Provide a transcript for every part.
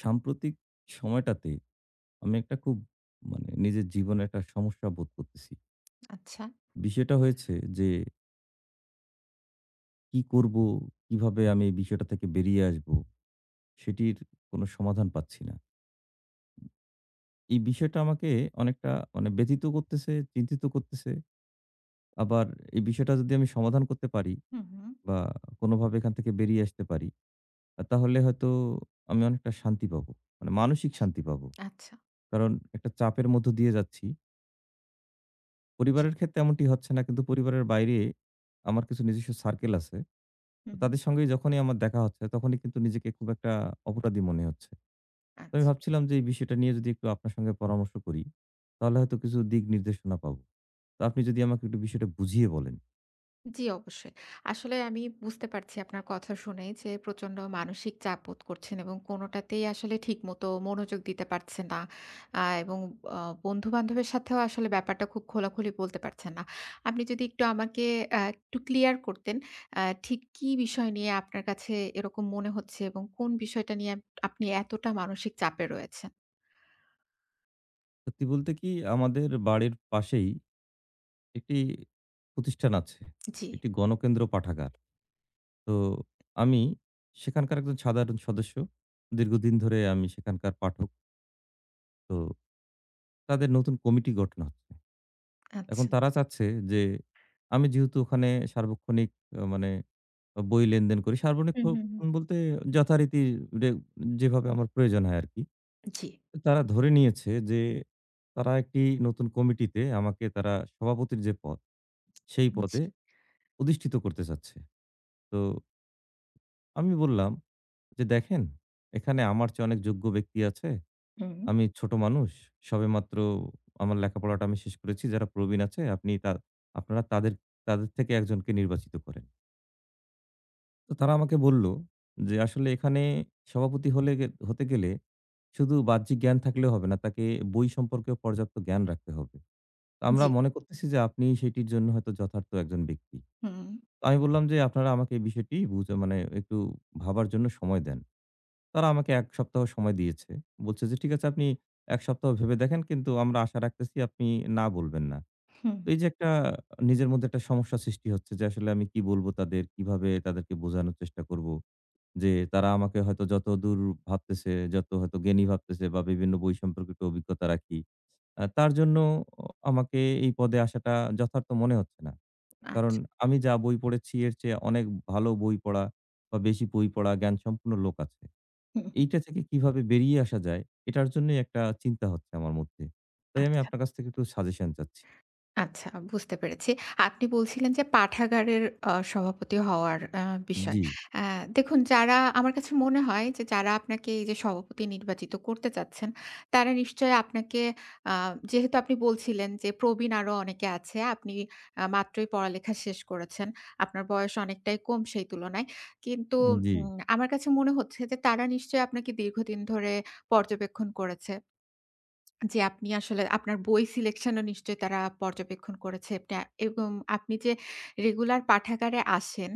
সাম্প্রতিক সময়টাতে আমি একটা খুব মানে নিজের জীবনে একটা সমস্যা বোধ করতেছি। আচ্ছা। বিষয়টা হয়েছে যে কি করব? কিভাবে আমি এই বিষয়টা থেকে বেরিয়ে আসব? সেটির কোনো সমাধান পাচ্ছি না। এই বিষয়টা আমাকে অনেকটা মানে ব্যথিত করতেছে, চিন্তিত করতেছে। আবার এই বিষয়টা যদি আমি সমাধান করতে পারি হুম, হুম। বা কোনোভাবে এখান থেকে বেরিয়ে আসতে পারি, তাহলে হয়তো আমি অনেকটা শান্তি পাবো। মানে মানসিক শান্তি পাবো। আচ্ছা। কারণ একটা চাপের মধ্য দিয়ে যাচ্ছি। জি। পরিবারের ক্ষেত্রে এমনটি হচ্ছে না। কিন্তু পরিবারের বাইরে আমার কিছু নিজস্ব সার্কেল আছে। তো হুম, হুম। তাদের সঙ্গেই যখনই আমার দেখা হচ্ছে, তখনই কিন্তু নিজেকে খুব একটা অপরাধী মনে হচ্ছে। তো আমি আচ্ছা। ভাবছিলাম যে এই বিষয়টা নিয়ে যদি একটু আপনার সঙ্গে পরামর্শ করি, তাহলে হয়তো কিছু দিক নির্দেশনা পাবো। তো আপনি যদি আমাকে একটু বিষয়টা বুঝিয়ে বলেন। জি, অবশ্যই। আসলে আমি বুঝতে পারছি আপনার কথা শুনে যে প্রচন্ড মানসিক চাপ বোধ করছেন এবং কোনটাতেই আসলে ঠিকমতো মনোযোগ দিতে পারছেন না। এবং আ বন্ধু-বান্ধবের সাথেও আসলে ব্যাপারটা খুব খোলাখুলি বলতে পারছেন না। আপনি যদি একটু আমাকে একটু ক্লিয়ার করতেন, ঠিক কি বিষয় নিয়ে আপনার কাছে এরকম মনে হচ্ছে এবং কোন বিষয়টা নিয়ে আপনি এতটা মানসিক চাপে রয়েছেন? সত্যি বলতে কি আমাদের বাড়ির পাশেই একটি প্রতিষ্ঠান আছে। জি, একটি গণকেন্দ্র পাঠাগার। তো আমি সেখানকার একজন সাধারণ সদস্য। দীর্ঘদিন ধরে আমি সেখানকার পাঠক। তো তাদের নতুন কমিটি গঠন হচ্ছে। এখন আচ্ছা। তারা চাচ্ছে যে আমি যেহেতু ওখানে সার্বক্ষণিক মানে বই লেনদেন করি। সার্বক্ষণিক হুম, হুম, হুম। বলতে যথারীতি রে যেভাবে আমার প্রয়োজন হয় আরকি। জি। তারা ধরে নিয়েছে যে তারা একটি নতুন কমিটিতে আমাকে তারা সভাপতির যে পদ, সেই পদে জি। অধিষ্ঠিত করতে চাচ্ছে। তো আমি বললাম যে, "দেখেন, এখানে আমার চেয়ে অনেক যোগ্য ব্যক্তি আছে।" হুম। আমি ছোট মানুষ। সবেমাত্র আমার লেখাপড়াটা আমি শেষ করেছি। যারা প্রবীণ আছে আপনি তা আপনারা তাদের তাদের থেকে একজনকে নির্বাচিত করেন। তো তারা আমাকে বলল যে, "আসলে এখানে সভাপতি হলে গে হতে গেলে শুধু বাহ্যিক জ্ঞান থাকলেও হবে না। তাকে বই সম্পর্কেও পর্যাপ্ত জ্ঞান রাখতে হবে।" তো আমরা জি। মনে করতেছি যে আপনি সেটির জন্য হয়তো যথার্থ একজন ব্যক্তি। হুম, তো আমি বললাম যে, "আপনারা আমাকে এই বিষয়টি বুঝে মানে একটু ভাবার জন্য সময় দেন।" তারা আমাকে ১ সপ্তাহ সময় দিয়েছে। বলছে যে, "ঠিক আছে আপনি ১ সপ্তাহ ভেবে দেখেন কিন্তু আমরা আশা রাখতেছি আপনি না বলবেন না।" হুম। তো এই যে একটা নিজের মধ্যে একটা সমস্যা সৃষ্টি হচ্ছে যে আসলে আমি কি বলব তাদের? কিভাবে তাদেরকে বোঝানোর চেষ্টা করব? যে তারা আমাকে হয়তো যতদূর ভাবতেছে, যত হয়তো জ্ঞানী ভাবতেছে বা বিভিন্ন বই সম্পর্কিত অভিজ্ঞতা রাখি, তার জন্য অ আমাকে এই পদে আসাটা যথার্থ মনে হচ্ছে না। কারণ আচ্ছা। আমি যা বই পড়েছি এর চেয়ে অনেক ভালো বই পড়া বা বেশি বই পড়া জ্ঞানসম্পন্ন লোক আছে। হুম, হুম। এইটা থেকে কিভাবে বেরিয়ে আসা যায়, এটার জন্যই একটা চিন্তা হচ্ছে আমার মধ্যে। তাই আমি আচ্ছা। আপনার কাছ থেকে একটু সাজেশন চাচ্ছি। আচ্ছা বুঝতে পেরেছি। আপনি বলছিলেন যে পাঠাগারের সভাপতি হওয়ার বিষয়। জি, আ দেখুন যারা আমার কাছে মনে হয় যে যারা আপনাকে এই যে সভাপতি নির্বাচিত করতে চাচ্ছেন, তারা নিশ্চয়ই আপনাকে আ যেহেতু আপনি বলছিলেন যে প্রবীণ আরো অনেকে আছে। আপনি মাত্রই পড়ালেখা শেষ করেছেন। আপনার বয়স অনেকটাই কম সেই তুলনায়। কিন্তু জি। আমার কাছে মনে হচ্ছে যে তারা নিশ্চয়ই আপনাকে দীর্ঘদিন ধরে পর্যবেক্ষণ করেছে। যে আপনি আসলে আপনার বই সিলেকশন ও নিশ্চয়ই তারা পর্যবেক্ষণ করেছে। আপনি এবং আপনি যে রেগুলার পাঠাগারে আসেন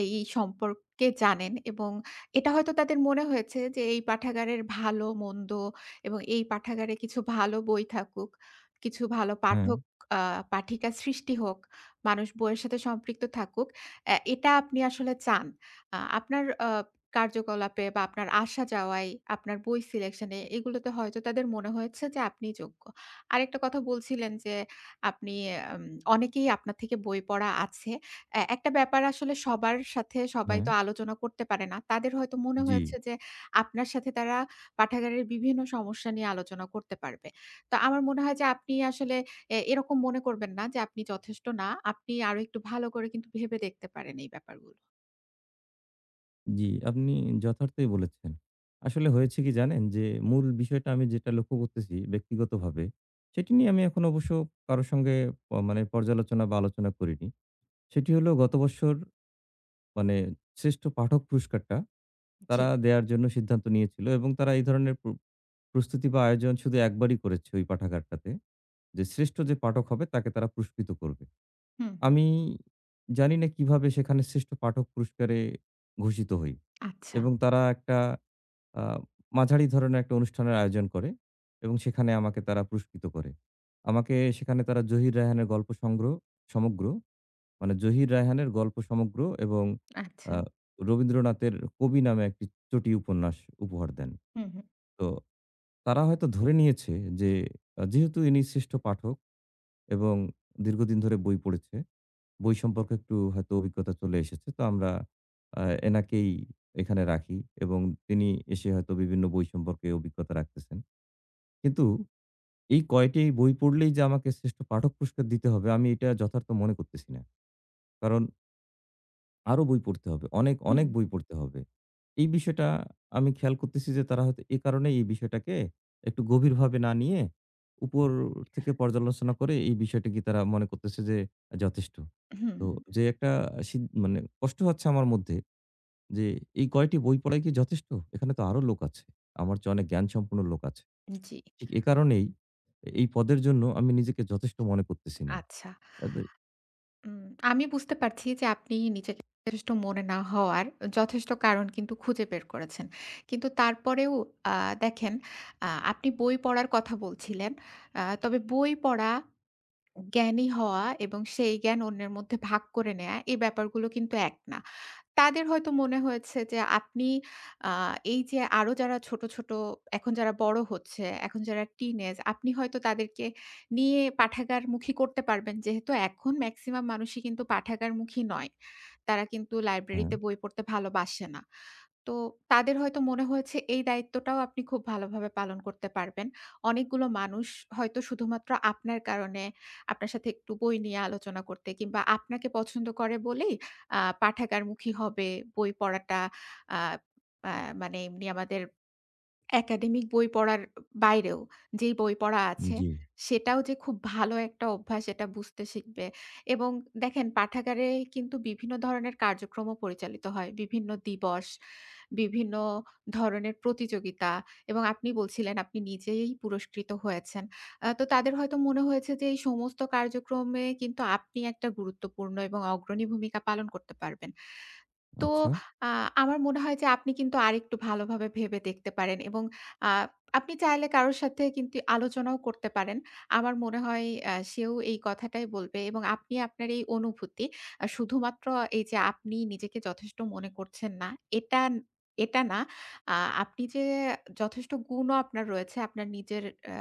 এই সম্পর্কে জানেন এবং এটা হয়তো তাদের মনে হয়েছে যে এই পাঠাগারের ভালো মন্দ এবং এই পাঠাগারে কিছু ভালো বই থাকুক, কিছু ভালো হ্যাঁ, পাঠক আ পাঠিকা সৃষ্টি হোক, মানুষ বইয়ের সাথে সম্পৃক্ত থাকুক। এটা আপনি আসলে চান। আপনার কার্যকলাপে বা আপনার আসা যাওয়ায়, আপনার বই সিলেকশন এ এগুলোতে হয়তো তাদের মনে হয়েছে যে আপনি যোগ্য। আরেকটা কথা বলছিলেন যে আপনি আম অনেকেই আপনার থেকে বই পড়া আছে। একটা ব্যাপার আসলে সবার সাথে সবাই হ্যাঁ। তো আলোচনা করতে পারে না। তাদের হয়তো মনে জি, হয়েছে যে আপনার সাথে তারা পাঠাগারের বিভিন্ন সমস্যা নিয়ে আলোচনা করতে পারবে। তো আমার মনে হয় যে আপনি আসলে এরকম মনে করবেন না যে আপনি যথেষ্ট না। আপনি আরো একটু ভালো করে কিন্তু ভেবে দেখতে পারেন এই ব্যাপারগুলো। জি। আপনি যথার্থই বলেছেন। আসলে হয়েছে কি জানেন? যে মূল বিষয়টা আমি যেটা লক্ষ্য করতেছি ব্যক্তিগতভাবে, সেটি নিয়ে আমি এখন অবশ্য কারো সঙ্গে প মানে পর্যালোচনা বা আলোচনা করিনি। সেটি হলো গত বৎসর মানে শ্রেষ্ঠ পাঠক পুরস্কারটা জি। তারা দেয়ার জন্য সিদ্ধান্ত নিয়েছিল এবং তারা এই ধরনের প্রস্তুতি বা আয়োজন শুধু একবারই করেছে ওই পাঠাগারটাতে। যে শ্রেষ্ঠ যে পাঠক হবে তাকে তারা পুরস্কৃত করবে। হুম, হুম। আমি জানি না কিভাবে সেখানে শ্রেষ্ঠ পাঠক পুরস্কারে ঘোষিত হই। আচ্ছা। এবং তারা একটা আ মাঝারি ধরনের একটা অনুষ্ঠানের আয়োজন করে এবং সেখানে আমাকে তারা পুরস্কৃত করে। আমাকে সেখানে তারা জহির রায়হানের গল্প সংগ্রহ সমগ্র মানে জহির রায়হানের গল্প সমগ্র এবং আচ্ছা। আ রবীন্দ্রনাথের 'কবি' নামে একটি চটি উপন্যাস উপহার দেন। হুম, হুম। তো তারা হয়তো ধরে নিয়েছে যে যেহেতু ইনি শ্রেষ্ঠ পাঠক এবং দীর্ঘদিন ধরে বই পড়েছে, বই সম্পর্কে একটু হয়তো অভিজ্ঞতা চলে এসেছে। তো আমরা আ এনাকেই এখানে রাখি এবং তিনি এসে হয়তো বিভিন্ন বই সম্পর্কে অভিজ্ঞতা রাখতেছেন। কিন্তু এই কয়টি বই পড়লেই যে আমাকে শ্রেষ্ঠ পাঠক পুরস্কার দিতে হবে আমি এটা যথার্থ মনে করতেছি না। কারণ আরো বই পড়তে হবে। অনেক, হুম, অনেক বই হুম। পড়তে হবে। এই বিষয়টা আমি খেয়াল করতেছি যে তারা হয়তো এ কারণেই এই বিষয়টাকে একটু গভীরভাবে না নিয়ে উপর থেকে পর্যালোচনা করে এই বিষয়টিকে তারা মনে করতেছে যে যথেষ্ট। হুম, তো যে একটা সিদ মানে কষ্ট হচ্ছে আমার মধ্যে যে এই কয়টি বই পড়াই কি যথেষ্ট? এখানে তো আরো লোক আছে। আমার চেয়ে অনেক জ্ঞানসম্পন্ন লোক আছে। জি। ঠিক এ কারণেই এই পদের জন্য আমি নিজেকে যথেষ্ট মনে করতেছি না। আচ্ছা। আদ উম আমি বুঝতে পারছি যে আপনি নিজেকে যথেষ্ট মনে না হওয়ার যথেষ্ট কারণ কিন্তু খুঁজে বের করেছেন। কিন্তু তারপরেও আ দেখেন আপনি বই পড়ার কথা বলছিলেন। তবে বই পড়া, জ্ঞানী হওয়া এবং সেই জ্ঞান অন্যের মধ্যে ভাগ করে নেয়া এই ব্যাপারগুলো কিন্তু এক না। তাদের হয়তো মনে হয়েছে যে আপনি আ এই যে আরো যারা ছোট, ছোট এখন যারা বড় হচ্ছে, এখন যারা টিনেজ আপনি হয়তো তাদেরকে নিয়ে পাঠাগারমুখী করতে পারবেন। যেহেতু এখন মেক্সিমাম মানুষই কিন্তু পাঠাগারমুখী নয়। তারা কিন্তু হ্যাঁ, লাইব্রেরিতে বই পড়তে ভালোবাসে না। তো তাদের হয়তো মনে হয়েছে এই দায়িত্বটাও আপনি খুব ভালোভাবে পালন করতে পারবেন। অনেকগুলো মানুষ হয়তো শুধুমাত্র আপনার কারণে আপনার সাথে একটু বই নিয়ে আলোচনা করতে কিংবা আপনাকে পছন্দ করে বলেই পাঠাগারমুখী হবে, বই পড়াটা আ আ মানে এমনি আমাদের একাডেমিক বই পড়ার বাইরেও যেই বই পড়া আছে, জি, সেটাও যে খুব ভালো একটা অভ্যাস এটা বুঝতে শিখবে এবং দেখেন পাঠাগারে কিন্তু বিভিন্ন ধরনের কার্যক্রমও পরিচালিত হয়। বিভিন্ন দিবস, বিভিন্ন ধরনের প্রতিযোগিতা এবং আপনি বলছিলেন আপনি নিজেই পুরস্কৃত হয়েছেন। তো তাদের হয়তো মনে হয়েছে যে এই সমস্ত কার্যক্রমে কিন্তু আপনি একটা গুরুত্বপূর্ণ এবং অগ্রণী ভূমিকা পালন করতে পারবেন। তো আচ্ছা। আ আমার মনে হয় যে আপনি কিন্তু আরেকটু ভালোভাবে ভেবে দেখতে পারেন এবং আ আপনি চাইলে কারো সাথে কিন্তু আলোচনাও করতে পারেন। আমার মনে হয় সেও এই কথাটাই বলবে এবং আপনি আপনার এই অনুভূতি শুধুমাত্র এই যে আপনি নিজেকে যথেষ্ট মনে করছেন না, এটা এটা না আ আপনি যে যথেষ্ট গুণও আপনার রয়েছে আপনার নিজের অ্যা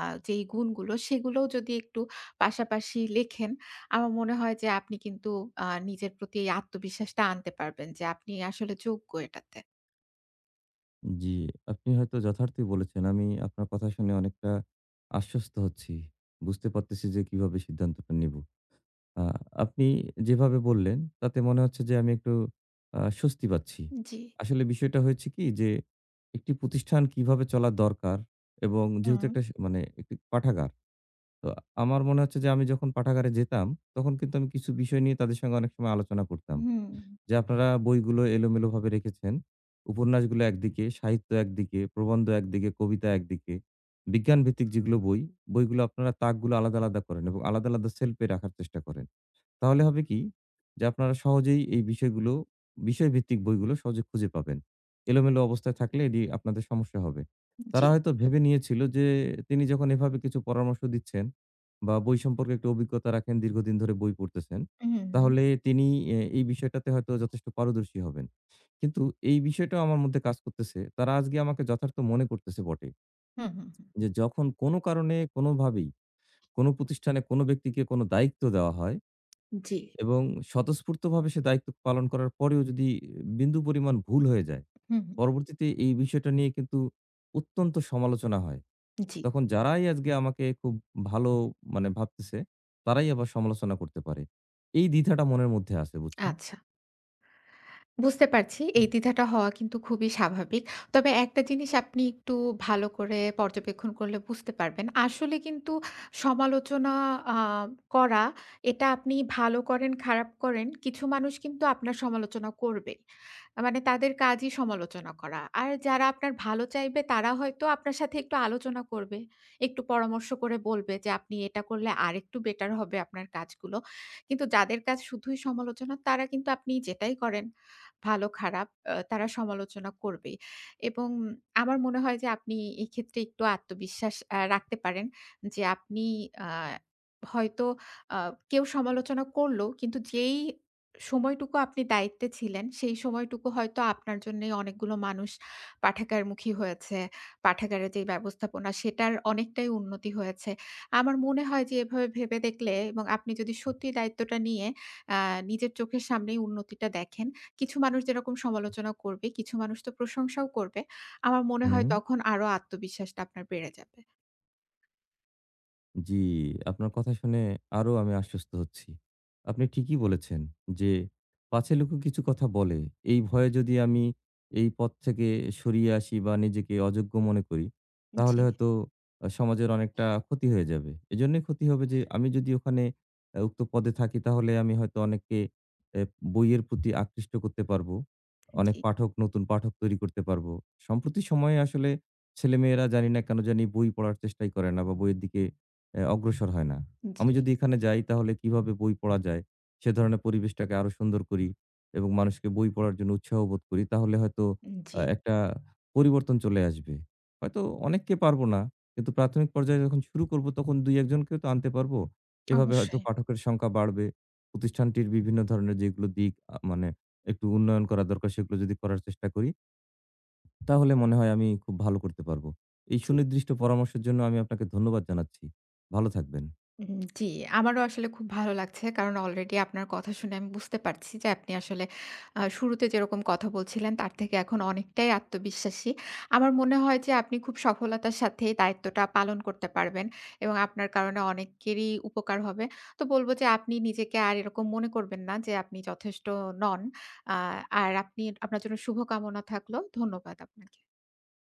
আ যেই গুণগুলো সেগুলোও যদি একটু পাশাপাশি লেখেন আমার মনে হয় যে আপনি কিন্তু নিজের প্রতি এই আত্মবিশ্বাসটা আনতে পারবেন যে আপনি আসলে যোগ্য এটাতে। জি, আপনি হয়তো যথার্থই বলেছেন। আমি আপনার কথা শুনে অনেকটা আশ্বস্ত হচ্ছি। বুঝতে পারতেছি যে কিভাবে সিদ্ধান্তটা নিব। আ আপনি যেভাবে বললেন তাতে মনে হচ্ছে যে আমি একটু স্বস্তি পাচ্ছি। জি। আসলে বিষয়টা হয়েছে কি যে একটি প্রতিষ্ঠান কিভাবে চলা দরকার এবং যেহেতু হুম, একটা স মানে একটি পাঠাগার। তো আমার মনে হচ্ছে যে আমি যখন পাঠাগারে যেতাম তখন কিন্তু আমি কিছু বিষয় নিয়ে তাদের সঙ্গে অনেক সময় আলোচনা করতাম। হুম। যে আপনারা বইগুলো এলোমেলোভাবে রেখেছেন। উপন্যাসগুলো একদিকে, সাহিত্য একদিকে, প্রবন্ধ একদিকে, কবিতা একদিকে। বিজ্ঞানভিত্তিক যেগুলো বই, বইগুলো আপনারা তাকগুলো আলাদা, আলাদা করেন এবং আলাদা, আলাদা সেলফ এ রাখার চেষ্টা করেন। তাহলে হবে কি? যে আপনারা সহজেই এই বিষয়গুলো, বিষয়ভিত্তিক বইগুলো সহজে খুঁজে পাবেন। এলোমেলো অবস্থায় থাকলে এটি আপনাদের সমস্যা হবে। জি। তারা হয়তো ভেবে নিয়েছিল যে তিনি যখন এভাবে কিছু পরামর্শ দিচ্ছেন বা বই সম্পর্কে একটু অভিজ্ঞতা রাখেন, দীর্ঘদিন ধরে বই পড়তেছেন, হুম, হুম, তাহলে তিনি এই বিষয়টাতে হয়তো যথেষ্ট পারদর্শী হবেন। কিন্তু এই বিষয়টাও আমার মধ্যে কাজ করতেছে। তারা আজকে আমাকে যথার্থ মনে করতেছে বটে। হুম, হুম, হুম। যে যখন কোনো কারণে কোনোভাবেই কোনো প্রতিষ্ঠানে কোনো ব্যক্তিকে কোনো দায়িত্ব দেওয়া হয় জি, এবং স্বতঃস্ফূর্তভাবে সে দায়িত্ব পালন করার পরেও যদি বিন্দু পরিমাণ ভুল হয়ে যায়, হুম, হুম, পরবর্তীতে এই বিষয়টা নিয়ে কিন্তু অত্যন্ত সমালোচনা হয়। জি, তখন যারাই আজকে আমাকে খুব ভালো মানে ভাবতেছে, তারাই আবার সমালোচনা করতে পারে। এই দ্বিধাটা মনের মধ্যে আছে, বুঝছেন? আচ্ছা। বুঝতে পারছি এই দ্বিধাটা হওয়া কিন্তু খুবই স্বাভাবিক। তবে একটা জিনিস আপনি একটু ভালো করে পর্যবেক্ষণ করলে বুঝতে পারবেন। আসলে কিন্তু সমালোচনা আ করা এটা আপনি ভালো করেন, খারাপ করেন, কিছু মানুষ কিন্তু আপনার সমালোচনা করবেই। মানে তাদের কাজই সমালোচনা করা। আর যারা আপনার ভালো চাইবে তারা হয়তো আপনার সাথে একটু আলোচনা করবে। একটু পরামর্শ করে বলবে যে আপনি এটা করলে আরেকটু বেটার হবে আপনার কাজগুলো। কিন্তু যাদের কাজ শুধুই সমালোচনা তারা কিন্তু আপনি যেটাই করেন ভালো খারাপ তারা সমালোচনা করবেই। এবং আমার মনে হয় যে আপনি এক্ষেত্রে একটু আত্মবিশ্বাস রাখতে পারেন যে আপনি আ হয়তো আ কেউ সমালোচনা করলো কিন্তু যেই সময়টুকু আপনি দায়িত্বে ছিলেন, সেই সময়টুকু হয়তো আপনার জন্যেই অনেকগুলো মানুষ পাঠাগারমুখী হয়েছে। পাঠাগারের যে ব্যবস্থাপনা সেটার অনেকটাই উন্নতি হয়েছে। আমার মনে হয় যে এভাবে ভেবে দেখলে এবং আপনি যদি সত্যি দায়িত্বটা নিয়ে আ নিজের চোখের সামনেই উন্নতিটা দেখেন কিছু মানুষ যেরকম সমালোচনা করবে, কিছু মানুষ তো প্রশংসাও করবে। আমার মনে হয় হুম। তখন আরো আত্মবিশ্বাসটা আপনার বেড়ে যাবে। জি, আপনার কথা শুনে আরো আমি আশ্বস্ত হচ্ছি। আপনি ঠিকই বলেছেন যে, পাছে লোকে কিছু কথা বলে, এই ভয়ে যদি আমি এই পথ থেকে সরিয়ে আসি বা নিজেকে অযোগ্য মনে করি, তাহলে জি, হয়তো সমাজের অনেকটা ক্ষতি হয়ে যাবে। এজন্যই ক্ষতি হবে যে, আমি যদি ওখানে উক্ত পদে থাকি তাহলে আমি হয়তো অনেককে এ বইয়ের প্রতি আকৃষ্ট করতে পারবো। অনেক জি, পাঠক, নতুন পাঠক তৈরি করতে পারবো। সম্প্রতি সময়ে আসলে ছেলেমেয়েরা জানি না কেন জানি বই পড়ার চেষ্টাই করে না বা বইয়ের দিকে অগ্রসর হয় না। জি, আমি জি, যদি এখানে যাই তাহলে কিভাবে বই পড়া যায়, সে ধরনের পরিবেশটাকে আরো সুন্দর করি এবং মানুষকে বই পড়ার জন্য উৎসাহ বোধ করি তাহলে হয়তো জি। একটা পরিবর্তন চলে আসবে। হয়তো অনেককে পারবো না, কিন্তু প্রাথমিক পর্যায়ে যখন শুরু করব তখন ২-১ জনকেও তো আনতে পারবো। এভাবে হয়তো অবশ্যই। পাঠকের সংখ্যা বাড়বে। প্রতিষ্ঠানটির বিভিন্ন ধরনের যেগুলো দিক মানে একটু উন্নয়ন করা দরকার সেগুলো যদি করার চেষ্টা করি, তাহলে মনে হয় আমি খুব ভালো করতে পারবো। এই জি। সুনির্দিষ্ট পরামর্শের জন্য আমি আপনাকে ধন্যবাদ জানাচ্ছি। ভালো থাকবেন। জি, আমারও আসলে খুব ভালো লাগছে। কারণ অলরেডি আপনার কথা শুনে আমি বুঝতে পারছি যে আপনি আসলে শুরুতে যেরকম কথা বলছিলেন তার থেকে এখন অনেকটাই আত্মবিশ্বাসী। আমার মনে হয় যে আপনি খুব সফলতার সাথে এই দায়িত্বটা পালন করতে পারবেন এবং আপনার কারণে অনেকেরই উপকার হবে। তো বলব যে আপনি নিজেকে আর এরকম মনে করবেন না যে আপনি যথেষ্ট নন। আ আর আপনি আপনার জন্য শুভকামনা থাকলো। ধন্যবাদ আপনাকে।